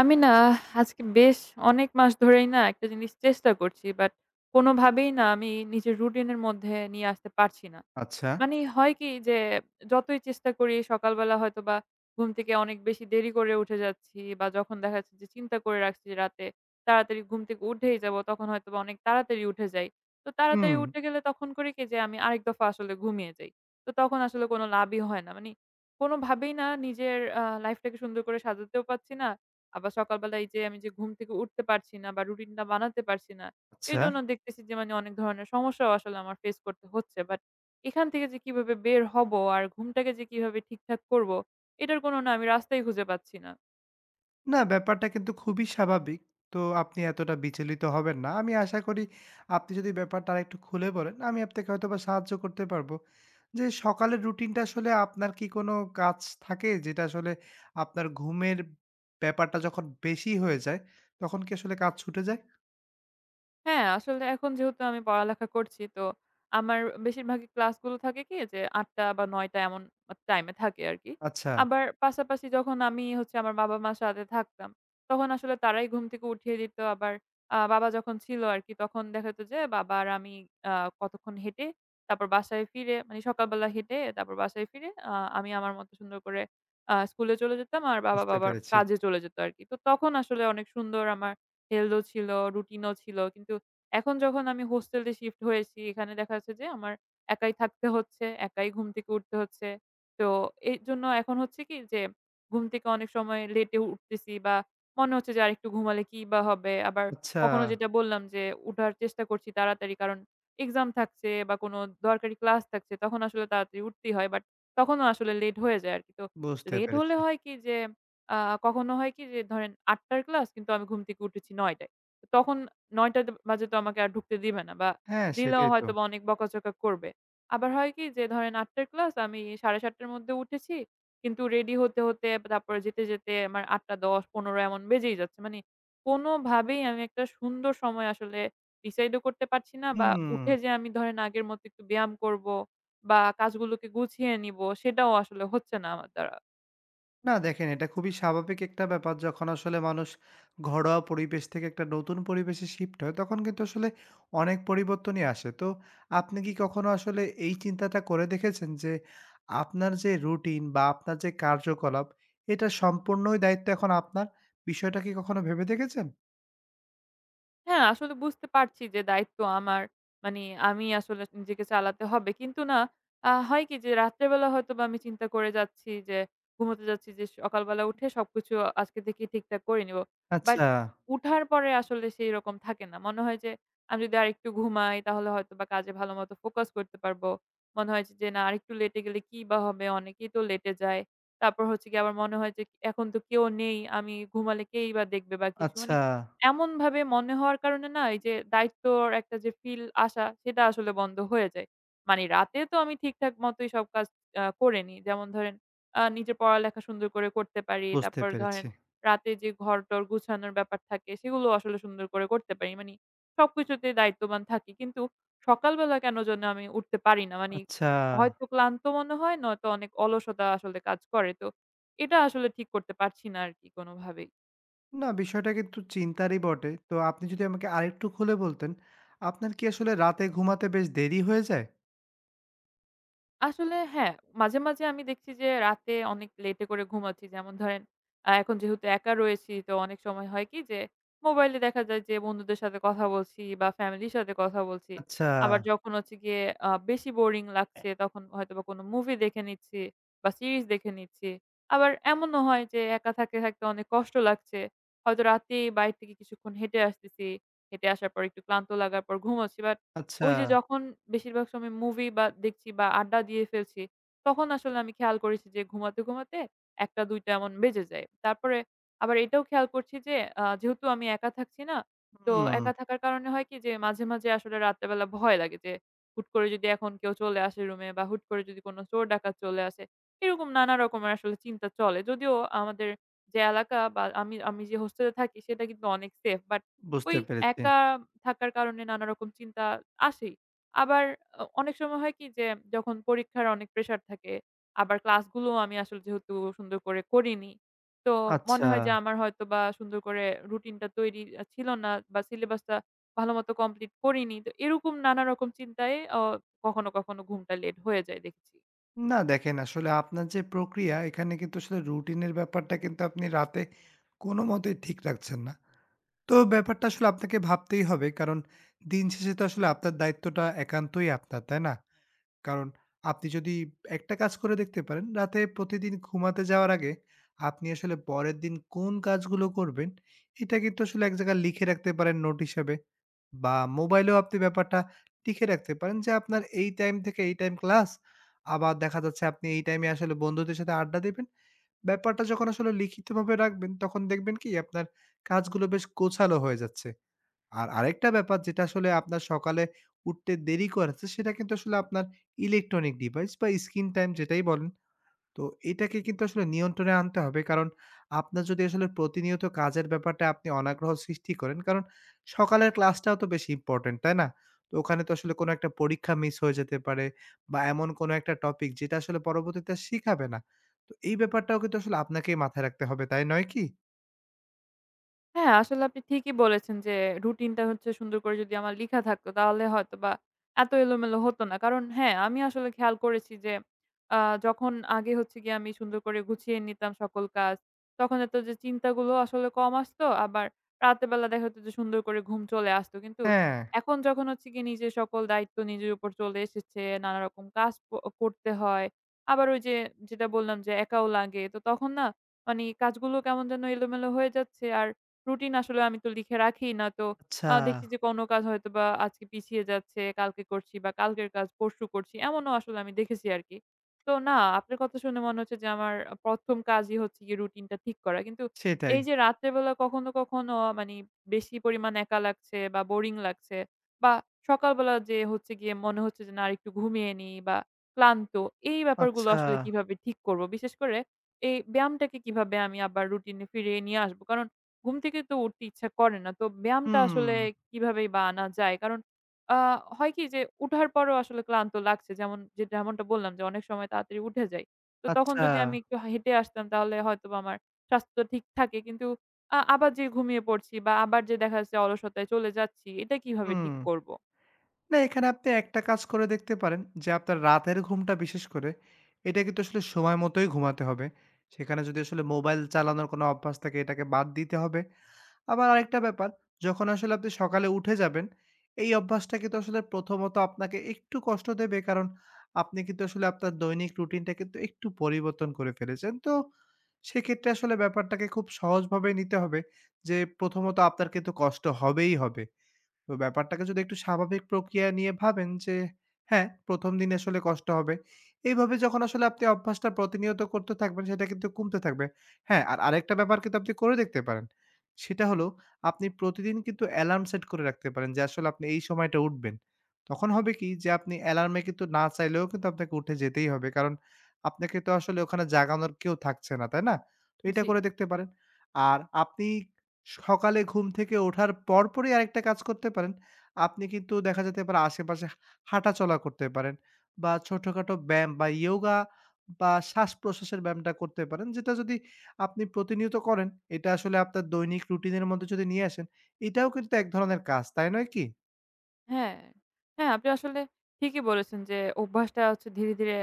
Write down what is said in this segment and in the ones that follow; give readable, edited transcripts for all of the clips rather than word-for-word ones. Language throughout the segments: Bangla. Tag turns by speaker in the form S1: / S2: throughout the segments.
S1: আমি না আজকে বেশ অনেক মাস ধরেই না একটা জিনিস চেষ্টা করছি, বাট কোনোভাবেই না আমি নিজের রুটিনের মধ্যে নিয়ে আসতে পারছি না।
S2: আচ্ছা।
S1: মানে হয় কি যে যতই চেষ্টা করি সকালবেলা হয়তোবা ঘুম থেকে অনেক বেশি দেরি করে উঠে যাচ্ছি, বা যখন দেখা যাচ্ছে যে চিন্তা করে রাখছি যে রাতে তাড়াতাড়ি ঘুম থেকে উঠেই যাব, তখন হয়তোবা অনেক তাড়াতাড়ি উঠে যাই। তো
S2: হুম,
S1: তাড়াতাড়ি উঠে গেলে তখন করি কি যে আমি আরেক দফা আসলে ঘুমিয়ে যাই। তো তখন আসলে কোনো লাভই হয় না। মানে কোনোভাবেই না নিজের লাইফটাকে সুন্দর করে সাজাতেও পারছি না। আবার সকালবেলা এই যে আমি যে ঘুম থেকে উঠতে পারছি না বা রুটিনটা বানাতে পারছি না।
S2: আচ্ছা।
S1: এজন্য দেখতেছি যে মানে অনেক ধরনের সমস্যাও আসলে আমার ফেস করতে হচ্ছে। বাট এখান থেকে যে কিভাবে বের হবো আর ঘুমটাকে যে কিভাবে ঠিকঠাক করব, এটার কোনো না আমি রাস্তাই খুঁজে পাচ্ছি না।
S2: না ব্যাপারটা কিন্তু খুবই স্বাভাবিক। তো আপনি এতটা বিচলিত হবেন না। আমি আশা করি আপনি যদি ব্যাপারটা আরেকটু খুলে বলেন, আমি আপনাকে হয়তোবা সাহায্য করতে পারবো। যে সকালের রুটিনটা আসলে আপনার কি কোনো কাজ থাকে যেটা আসলে আপনার ঘুমের ব্যাপারটা যখন বেশি হয়ে যায়, তখন কি আসলে কাজ ছুটে যায়?
S1: হ্যাঁ, আসলে এখন যেহেতু আমি পড়ালেখা করছি, তো আমার বেশিরভাগই ক্লাসগুলো থাকে কি যে ৮:০০ বা ৯:০০ এমন টাইমে থাকে আরকি।
S2: আচ্ছা,
S1: আবার পাশাপাশি যখন আমি হচ্ছে আমার বাবা-মার সাথে থাকতাম, তখন আসলে তারাই ঘুম থেকে উঠিয়ে দিত। আবার বাবা যখন ছিল আরকি, তখন দেখা যেত যে বাবা আর আমি আ কতক্ষণ হেঁটে তারপর বাসায় ফিরে, মানে সকালবেলা হেঁটে তারপর বাসায় ফিরে আমি আমার মতো সুন্দর করে স্কুলে চলে যেতাম। আর বাবা,
S2: বুঝতে
S1: বাবার
S2: পেরেছি।
S1: কাজে চলে যেত আরকি। তো তখন আসলে অনেক সুন্দর আমার হেলথ ও ছিল, রুটিনও ছিল। কিন্তু এখন যখন আমি হোস্টেলে শিফট হয়েছি, এখানে দেখা যাচ্ছে যে আমার একাই থাকতে হচ্ছে, একাই ঘুম থেকে উঠতে হচ্ছে। তো এরজন্য এখন হচ্ছে কি যে ঘুম থেকে অনেক সময় লেটে উঠতেছি বা মনে হচ্ছে যে আরেকটু ঘুমালে কি বা হবে? আবার
S2: আচ্ছা,
S1: কখনো যেটা বললাম যে উঠার চেষ্টা করছি তাড়াতাড়ি, কারণ এক্সাম থাকছে বা কোনো দরকারি ক্লাস থাকছে, তখন আসলে তাড়াতাড়ি উঠতেই হয়। বাট তখনও আসলে লেট হয়ে যায় আরকি। তো
S2: বুঝতে
S1: লেট হলে
S2: পেরেছি।
S1: হয় কি যে আ কখনো হয় কি যে ধরেন ৮ টার ক্লাস, কিন্তু আমি ঘুম থেকে উঠেছি ৯ টায়। তখন ৯ টা বাজে তো আমাকে আর ঢুকতে দিবে না বা
S2: হ্যাঁ,
S1: দিলেও
S2: সেটাই তো।
S1: হয়তোবা অনেক বকাঝকা করবে। আবার হয় কি যে ধরেন ৮ টার ক্লাস আমি ৭:৩০ টার মধ্যে উঠেছি। কিন্তু রেডি হতে, হতে, তারপরে যেতে, যেতে আমার ৮:১০-১৫ এমন বেজেই যাচ্ছে। মানে কোনোভাবেই আমি একটা সুন্দর সময় আসলে ডিসাইড ও করতে পারছি না বা
S2: হুম।
S1: উঠে যে আমি ধরেন আগের মতো একটু ব্যায়াম করব বা কাজগুলোকে গুছিয়ে নিব সেটাও আসলে হচ্ছে না আমার দ্বারা।
S2: না দেখেন, এটা খুবই স্বাভাবিক একটা ব্যাপার। যখন আসলে মানুষ ঘরোয়া পরিবেশ থেকে একটা নতুন পরিবেশে শিফট হয়, তখন কিন্তু আসলে অনেক পরিবর্তনই আসে। তো আপনি কি কখনো আসলে এই চিন্তাটা করে দেখেছেন যে, আপনার যে রুটিন বা আপনার যে কার্যকলাপ, এটার সম্পূর্ণই দায়িত্ব এখন আপনার? বিষয়টা কি কখনো ভেবে দেখেছেন?
S1: হ্যাঁ, আসলে বুঝতে পারছি যে দায়িত্ব আমার। মানে আমি আসলে নিজেকে চালাতে হবে। কিন্তু না হয় কি যে রাত্রেবেলা হয়তোবা আমি চিন্তা করে যাচ্ছি, যে ঘুমোতে যাচ্ছি যে সকালবেলা উঠে সবকিছু আজকে থেকে ঠিকঠাক করে নিব। বাট
S2: আচ্ছা,
S1: উঠার পরে আসলে সেই রকম থাকে না। মনে হয় যে আমি যদি আরেকটু ঘুমাই তাহলে হয়তোবা কাজে ভালোমতো ফোকাস করতে পারবো। মনে হয় যে না আরেকটু লেটে গেলে কি বা হবে? অনেকেই তো লেটে যায়। তারপর হচ্ছে গিয়ে আবার মনে হয় যে এখন তো কেউ নেই। আমি ঘুমালে কেই বা দেখবে বা কিছু। মানে
S2: আচ্ছা
S1: এমনভাবে মনে হওয়ার কারণে না এই যে দায়িত্বর একটা যে ফিল আসা, সেটা আসলে বন্ধ হয়ে যায়। মানে রাতে তো আমি ঠিকঠাক মতোই সব কাজ করে নিই। যেমন ধরেন নিজের পড়ালেখা সুন্দর করে করতে পারি।
S2: বুঝতে
S1: তারপর
S2: পেরেছি।
S1: ধরেন রাতে যে ঘর-টর গুছানোর ব্যাপার থাকে সেগুলো আসলে সুন্দর করে করতে পারি। মানে সবকিছুতেই দায়িত্ববান থাকি। কিন্তু সকালবেলা কেন যেন আমি উঠতে পারি না। মানি
S2: আচ্ছা।
S1: হয়তো ক্লান্ত মনে হয়, নয়তো অনেক অলসতা আসলে কাজ করে। তো এটা আসলে ঠিক করতে পারছি না আরকি কোনোভাবেই।
S2: না, বিষয়টা কিন্তু চিন্তারই বটে। তো আপনি যদি আমাকে আরেকটু খুলে বলতেন, আপনার কি আসলে রাতে ঘুমাতে বেশ দেরি হয়ে যায়?
S1: আসলে হ্যাঁ, মাঝে, মাঝে আমি দেখছি যে রাতে অনেক লেটে করে ঘুমাচ্ছি। যেমন ধরেন এখন যেহেতু একা রয়েছি তো অনেক সময় হয় কি যে মোবাইলে দেখা যায় যে বন্ধুদের সাথে কথা বলছি বা ফ্যামিলির সাথে কথা বলছি।
S2: আচ্ছা,
S1: আবার যখন হচ্ছে গিয়ে বেশি বোরিং লাগছে তখন হয়তোবা কোনো মুভি দেখে নিচ্ছি বা সিরিজ দেখে নিচ্ছি। আবার এমনও হয় যে একা থাকতে, থাকতে অনেক কষ্ট লাগছে। হয়তো রাতেই বাইরে থেকে কিছুক্ষণ হেঁটে আসতেছি। হেঁটে আসার পর একটু ক্লান্ত লাগার পর ঘুমাচ্ছি। বাট
S2: আচ্ছা।
S1: ওই যে যখন বেশিরভাগ সময় মুভি বা দেখছি বা আড্ডা দিয়ে ফেলছি, তখন আসলে আমি খেয়াল করেছি যে ঘুমাতে, ঘুমাতে ১টা ২টা এমন বেজে যায়। তারপরে আবার এটাও খেয়াল করছি যে যেহেতু আমি একা থাকছি না, তো
S2: হুম,
S1: একা থাকার কারণে হয় কি যে মাঝে, মাঝে আসলে রাতের বেলা ভয় লাগে যে হুট করে যদি এখন কেউ চলে আসে রুমে বা হুট করে যদি কোনো চোর ডাকাত চলে আসে, এরকম নানা রকমের আসলে চিন্তা চলে। যদিও আমাদের যে এলাকা বা আমি আমি যে হোস্টেলে থাকি সেটা কিন্তু অনেক সেফ। বাট
S2: বুঝতে
S1: ওই
S2: পেরেছি।
S1: একা থাকার কারণে নানারকম চিন্তা আসেই। আবার অনেক সময় হয় কি যে যখন পরীক্ষার অনেক প্রেশার থাকে, আবার ক্লাসগুলোও আমি আসলে যেহেতু সুন্দর করে করিনি, তো
S2: আচ্ছা।
S1: মনে হয় যে আমার হয়তোবা সুন্দর করে রুটিনটা তৈরি ছিল না বা সিলেবাসটা ভালোমতো কমপ্লিট করিনি। তো এরকম নানারকম চিন্তায় কখনো, কখনো ঘুমটা লেট হয়ে যায় দেখেছি।
S2: না দেখেন আসলে আপনার যে প্রক্রিয়া, এখানে কিন্তু আসলে রুটিনের ব্যাপারটা কিন্তু আপনি রাতে কোনোমতেই ঠিক রাখছেন না। তো ব্যাপারটা আসলে আপনাকে ভাবতেই হবে। কারণ দিন শেষে তো আসলে আপনার দায়িত্বটা একান্তই আপনার, তাই না? কারণ আপনি যদি একটা কাজ করে দেখতে পারেন, রাতে প্রতিদিন ঘুমাতে যাওয়ার আগে আপনি আসলে পরের দিন কোন কাজগুলো করবেন, এটা কিন্তু আসলে এক জায়গায় লিখে রাখতে পারেন নোট হিসাবে বা মোবাইলেও আপনি ব্যাপারটা লিখে রাখতে পারেন যে আপনার এই টাইম থেকে এই টাইম ক্লাস। আবার দেখা যাচ্ছে আপনি এই টাইমে আসলে বন্ধুদের সাথে আড্ডা দিবেন। ব্যাপারটা যখন আসলে লিখিতভাবে রাখবেন, তখন দেখবেন কি আপনার কাজগুলো বেশ গোছালো হয়ে যাচ্ছে। আর আরেকটা ব্যাপার যেটা আসলে আপনার সকালে উঠতে দেরি করেছে, সেটা কিন্তু আসলে আপনার ইলেকট্রনিক ডিভাইস বা স্ক্রিন টাইম যেটাই বলেন। তো এটাকে কিন্তু আসলে নিয়ন্ত্রণে আনতে হবে। কারণ আপনার যদি আসলে প্রতিনিয়ত কাজের ব্যাপারটা আপনি অনাগ্রহ সৃষ্টি করেন, কারণ সকালের ক্লাসটাও তো বেশি ইম্পোর্টেন্ট, তাই না? তো ওখানে তো আসলে কোনো একটা পরীক্ষা মিস হয়ে যেতে পারে বা এমন কোনো একটা টপিক যেটা আসলে পরবর্তীতে আর শিখাবে না। তো এই ব্যাপারটাও কিন্তু আসলে আপনাকেই মাথায় রাখতে হবে, তাই নয় কি?
S1: হ্যাঁ, আসলে আপনি ঠিকই বলেছেন যে রুটিনটা হচ্ছে সুন্দর করে যদি আমার লিখা থাকতো তাহলে হয়তোবা এত এলোমেলো হতো না। কারণ হ্যাঁ, আমি আসলে খেয়াল করেছি যে আ যখন আগে হচ্ছে গিয়ে আমি সুন্দর করে গুছিয়ে নিতাম সকল কাজ, তখন এত যে চিন্তাগুলো আসলে কম আসতো। আবার রাতের বেলা দেখা যেত যে সুন্দর করে ঘুম চলে আসতো। কিন্তু
S2: হ্যাঁ।
S1: এখন যখন হচ্ছে গিয়ে নিজের সকল দায়িত্ব নিজের উপর চলে এসেছে, নানা রকম কাজ করতে হয়। আবার ওই যে যেটা বললাম যে একাও লাগে। তো তখন না মানে কাজগুলো কেমন যেন এলোমেলো হয়ে যাচ্ছে আর রুটিন আসলে আমি তো লিখে রাখি না। তো
S2: আচ্ছা।
S1: দেখছি যে কোনো কাজ হয়তোবা আজকে পিছিয়ে যাচ্ছে, কালকে করছি বা কালকের কাজ পরশু করছি। এমনও আসলে আমি দেখেছি আরকি। তো না, আপনার কথা শুনে মনে হচ্ছে যে আমার ১ম কাজই হচ্ছে গিয়ে রুটিনটা ঠিক করা। কিন্তু
S2: সেটাই।
S1: এই যে রাত্রের বেলা কখনো, কখনো মানি বেশি পরিমাণ একা লাগছে বা বোরিং লাগছে বা সকালবেলা যে হচ্ছে গিয়ে মনে হচ্ছে যে না আরেকটু ঘুমিয়ে নিই বা ক্লান্ত, এই ব্যাপারগুলো
S2: আচ্ছা।
S1: আসলে কিভাবে ঠিক করব? বিশেষ করে এই ব্যায়ামটাকে কিভাবে আমি আবার রুটিনে ফিরিয়ে নিয়ে আসবো? কারণ ঘুম থেকে তো উঠতে ইচ্ছা করে না। তো ব্যায়ামটা
S2: হুম,
S1: আসলে কিভাবেই বা আনা যায়? কারণ আ হয় কি যে উঠার পরেও আসলে ক্লান্ত লাগছে। যেমন যেমনটা বললাম যে অনেক সময় তাড়াতাড়ি উঠে যাই। তো তখন
S2: আচ্ছা।
S1: যদি আমি একটু হেঁটে আসতাম তাহলে হয়তোবা আমার স্বাস্থ্য ঠিক থাকে। কিন্তু আবার যে ঘুমিয়ে পড়ছি বা আবার যে দেখা যাচ্ছে অলসতায় চলে যাচ্ছি, এটা কিভাবে
S2: হুম।
S1: ঠিক করব?
S2: না এখানে আপনি একটা কাজ করে দেখতে পারেন যে আপনার রাতের ঘুমটা বিশেষ করে এটা কিন্তু আসলে সময় মতোই ঘুমাতে হবে। সেখানে যদি আসলে মোবাইল চালানোর কোনো অভ্যাস থাকে এটাকে বাদ দিতে হবে। আবার আরেকটা ব্যাপার যখন আসলে আপনি সকালে উঠে যাবেন, এই অভ্যাসটা কিন্তু আসলে প্রথমত আপনাকে একটু কষ্ট দেবে কারণ আপনি কিন্তু আসলে আপনার দৈনিক রুটিনটা কিন্তু একটু পরিবর্তন করে ফেলেছেন। তো সেক্ষেত্রে আসলে ব্যাপারটাকে খুব সহজভাবে নিতে হবে যে প্রথমত আপনার কিন্তু কষ্ট হবেই হবে। তো ব্যাপারটাকে যদি একটু স্বাভাবিক প্রক্রিয়া নিয়ে ভাবেন যে হ্যাঁ, ১ম দিন আসলে কষ্ট হবে। এইভাবে যখন আসলে আপনি অভ্যাসটা প্রতিনিয়ত করতে থাকবেন সেটা কিন্তু কমতে থাকবে। হ্যাঁ, আর আরেকটা ব্যাপার কিন্তু আপনি করে দেখতে পারেন। সেটা হলো আপনি প্রতিদিন কিন্তু অ্যালার্ম সেট করে রাখতে পারেন যে আসলে আপনি এই সময়টা উঠবেন। তখন হবে কি যে আপনি অ্যালার্মে কিন্তু না চাইলেও কিন্তু আপনাকে উঠে যেতেই হবে। কারণ আপনাকে তো আসলে ওখানে জাগানোর কেউ থাকছে না, তাই না? তো এটা
S1: জি।
S2: করে দেখতে পারেন। আর আপনি সকালে ঘুম থেকে ওঠার পরপরই আরেকটা কাজ করতে পারেন। আপনি কিন্তু দেখা যেতে পারে আশেপাশে হাঁটাচলা করতে পারেন বা ছোটখাটো ব্যায়াম বা ইয়োগা বা শ্বাসপ্রশ্বাসের ব্যায়ামটা করতে পারেন। যেটা যদি আপনি প্রতিনিয়ত করেন, এটা আসলে আপনার দৈনিক রুটিনের মধ্যে যদি নিয়ে আসেন, এটাও কিন্তু এক ধরনের কাজ, তাই নয় কি?
S1: হ্যাঁ, হ্যাঁ, আপনি আসলে ঠিকই বলেছেন যে অভ্যাসটা হচ্ছে ধীরে, ধীরে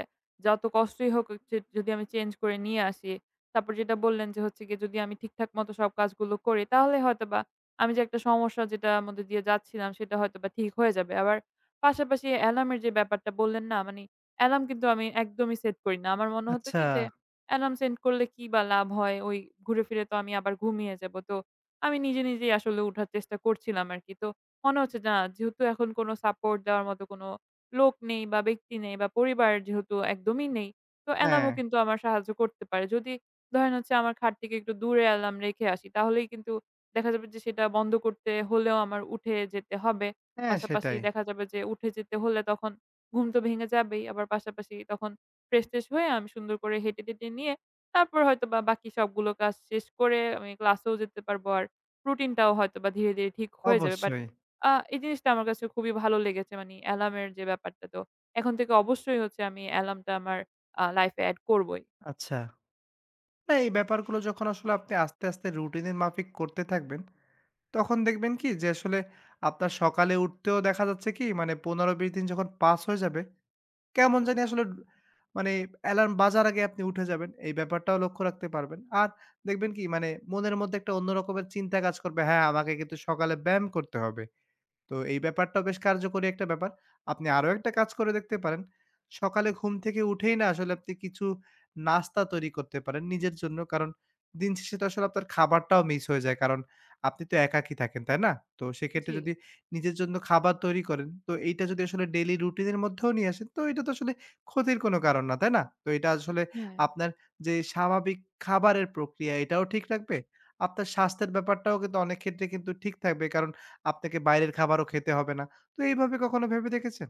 S1: যত কষ্টই হোক হচ্ছে যদি আমি চেঞ্জ করে নিয়ে আসি। তারপর যেটা বললেন যে হচ্ছে গিয়ে যদি আমি ঠিকঠাক মতো সব কাজগুলো করি তাহলে হয়তোবা আমি যে একটা সমস্যা যেটার মধ্যে দিয়ে যাচ্ছিলাম সেটা হয়তোবা ঠিক হয়ে যাবে। আবার পাশাপাশি অ্যালার্মের যে ব্যাপারটা বললেন না, মানে অ্যালার্ম কিন্তু আমি একদমই সেট করি না। আমার মনে হতো
S2: আচ্ছা।
S1: কি যে অ্যালার্ম সেট করলে কি বা লাভ হয়? ওই ঘুরে ফিরে তো আমি আবার ঘুমিয়ে যাব। তো আমি নিজে, নিজেই আসলে উঠার চেষ্টা করছিলাম আরকি। তো মনে হচ্ছে যে না, যেহেতু এখন কোনো সাপোর্ট দেওয়ার মতো কোনো লোক নেই বা ব্যক্তি নেই বা পরিবার যেহেতু একদমই নেই, তো
S2: হ্যাঁ,
S1: অ্যালার্মও কিন্তু আমার সাহায্য করতে পারে। যদি ধরেন হচ্ছে আমার খাট থেকে একটু দূরে অ্যালার্ম রেখে আসি তাহলেই কিন্তু দেখা যাবে যে সেটা বন্ধ করতে হলেও আমার উঠে যেতে হবে।
S2: হ্যাঁ
S1: পাশাপাশি
S2: সেটাই।
S1: দেখা যাবে যে উঠে যেতে হলে তখন ঘুম তো ভেঙে যাবেই। আবার পাশাপাশি তখন ফ্রেশ-ট্রেশ হয়ে আমি সুন্দর করে হেঁটে-টেটে নিয়ে তারপর হয়তোবা বাকি সবগুলো কাজ শেষ করে আমি ক্লাসেও যেতে পারবো। আর রুটিনটাও হয়তোবা ধীরে, ধীরে ঠিক হয়ে যাবে।
S2: অবশ্যই।
S1: আ এই জিনিসটা আমার কাছে খুবই ভালো লেগেছে। মানি অ্যালার্মের যে ব্যাপারটা তো এখন থেকে অবশ্যই হচ্ছে আমি অ্যালার্মটা আমার লাইফে এড করবই।
S2: আচ্ছা। না এই ব্যাপারগুলো যখন আসলে আপনি আস্তে, আস্তে রুটিনের মাফিক করতে থাকবেন তখন দেখবেন কি যে আসলে আপনার সকালে উঠতেও দেখা যাচ্ছে কি মানে ১৫-২০ দিন যখন পাস হয়ে যাবে, কেমন জানি আসলে মানে অ্যালার্ম বাজার আগে আপনি উঠে যাবেন। এই ব্যাপারটাও লক্ষ্য রাখতে পারবেন। আর দেখবেন কি মানে মনের মধ্যে একটা অন্য রকমের চিন্তা কাজ করবে, হ্যাঁ, আমাকে কিন্তু সকালে ব্যায়াম করতে হবে। তো এই ব্যাপারটাও বেশ কার্যকরী একটা ব্যাপার। আপনি আরো একটা কাজ করে দেখতে পারেন। সকালে ঘুম থেকে উঠেই না আসলে আপনি কিছু নাস্তা তৈরি করতে পারেন নিজের জন্য। কারণ দিন শেষে তো আসলে আপনার খাবারটাও মিস হয়ে যায়। কারণ আপনি তো একাকী থাকেন, তাই না? তো সেক্ষেত্রে
S1: জি।
S2: যদি নিজের জন্য খাবার তৈরি করেন, তো এইটা যদি আসলে ডেইলি রুটিনের মধ্যেও নিয়ে আসেন, তো এটা তো আসলে ক্ষতির কোনো কারণ না, তাই না? তো এটা আসলে
S1: হ্যাঁ।
S2: আপনার যে স্বাভাবিক খাবারের প্রক্রিয়া, এটাও ঠিক রাখবে। আপনার স্বাস্থ্যের ব্যাপারটাও কিন্তু অনেক ক্ষেত্রে কিন্তু ঠিক থাকবে। কারণ আপনাকে বাইরের খাবারও খেতে হবে না। তো এইভাবে কখনো ভেবে দেখেছেন?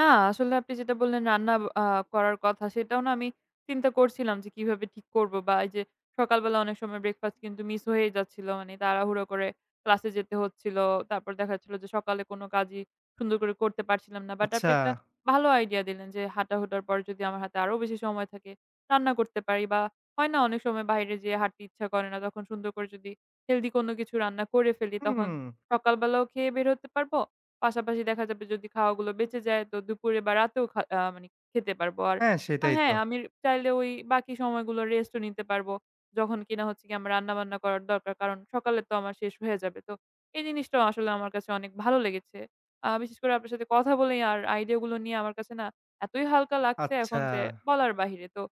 S1: না, আসলে আপনি যেটা বললেন রান্না আ করার কথা, সেটাও না আমি চিন্তা করছিলাম যে কিভাবে ঠিক করব বা এই যে সকালবেলা অনেক সময় ব্রেকফাস্ট কিন্তু মিস হয়েই যাচ্ছিল। মানে তাড়াহুড়ো করে ক্লাসে যেতে হচ্ছিল। তারপর দেখা যাচ্ছিল যে সকালে কোনো কাজই সুন্দর করে করতে পারছিলাম না। বাট
S2: আচ্ছা।
S1: আপনি একটা ভালো আইডিয়া দিলেন যে হাঁটাহুটার পর যদি আমার হাতে আরো বেশি সময় থাকে রান্না করতে পারি, বা হয় না অনেক সময় বাইরে যেয়ে হাঁটতে ইচ্ছা করে না তখন সুন্দর করে যদি হেলদি কোনো কিছু রান্না করে ফেলি তখন
S2: হুম।
S1: সকালবেলাও খেয়ে বের হতে পারবো। পাশাপাশি দেখা যাবে যদি খাওয়াগুলো বেঁচে যায় তো দুপুরে বা রাতেও খা আ মানে খেতে পারবো। আর
S2: হ্যাঁ, সেটাই তো।
S1: হ্যাঁ, আমি চাইলে ওই বাকি সময়গুলো রেস্টও নিতে পারবো। যখন কিনা হচ্ছে গিয়ে আমার রান্নাবান্না করার দরকার। কারণ সকালে তো আমার শেষ হয়ে যাবে। তো এই জিনিসটাও আসলে আমার কাছে অনেক ভালো লেগেছে। বিশেষ করে আপনার সাথে কথা বলেই আর আইডিয়া গুলো নিয়ে আমার কাছে না এতই হালকা লাগছে এখন
S2: আচ্ছা।
S1: যে বলার বাহিরে। তো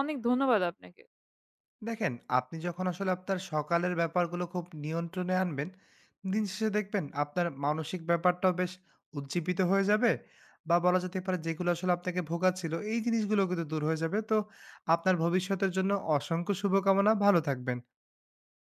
S1: অনেক ধন্যবাদ আপনাকে।
S2: দেখেন, আপনি যখন আসলে আপনার সকালের ব্যাপারগুলো খুব নিয়ন্ত্রণে আনবেন, দিন শেষে দেখবেন আপনার মানসিক ব্যাপারটাও বেশ উজ্জীবিত হয়ে যাবে বা বলা যেতে পারে যেগুলো আসলে আপনাকে ভোগাচ্ছিল, এই জিনিসগুলোও কিন্তু দূর হয়ে যাবে। তো আপনার ভবিষ্যতের জন্য অসংখ্য শুভকামনা। ভালো থাকবেন।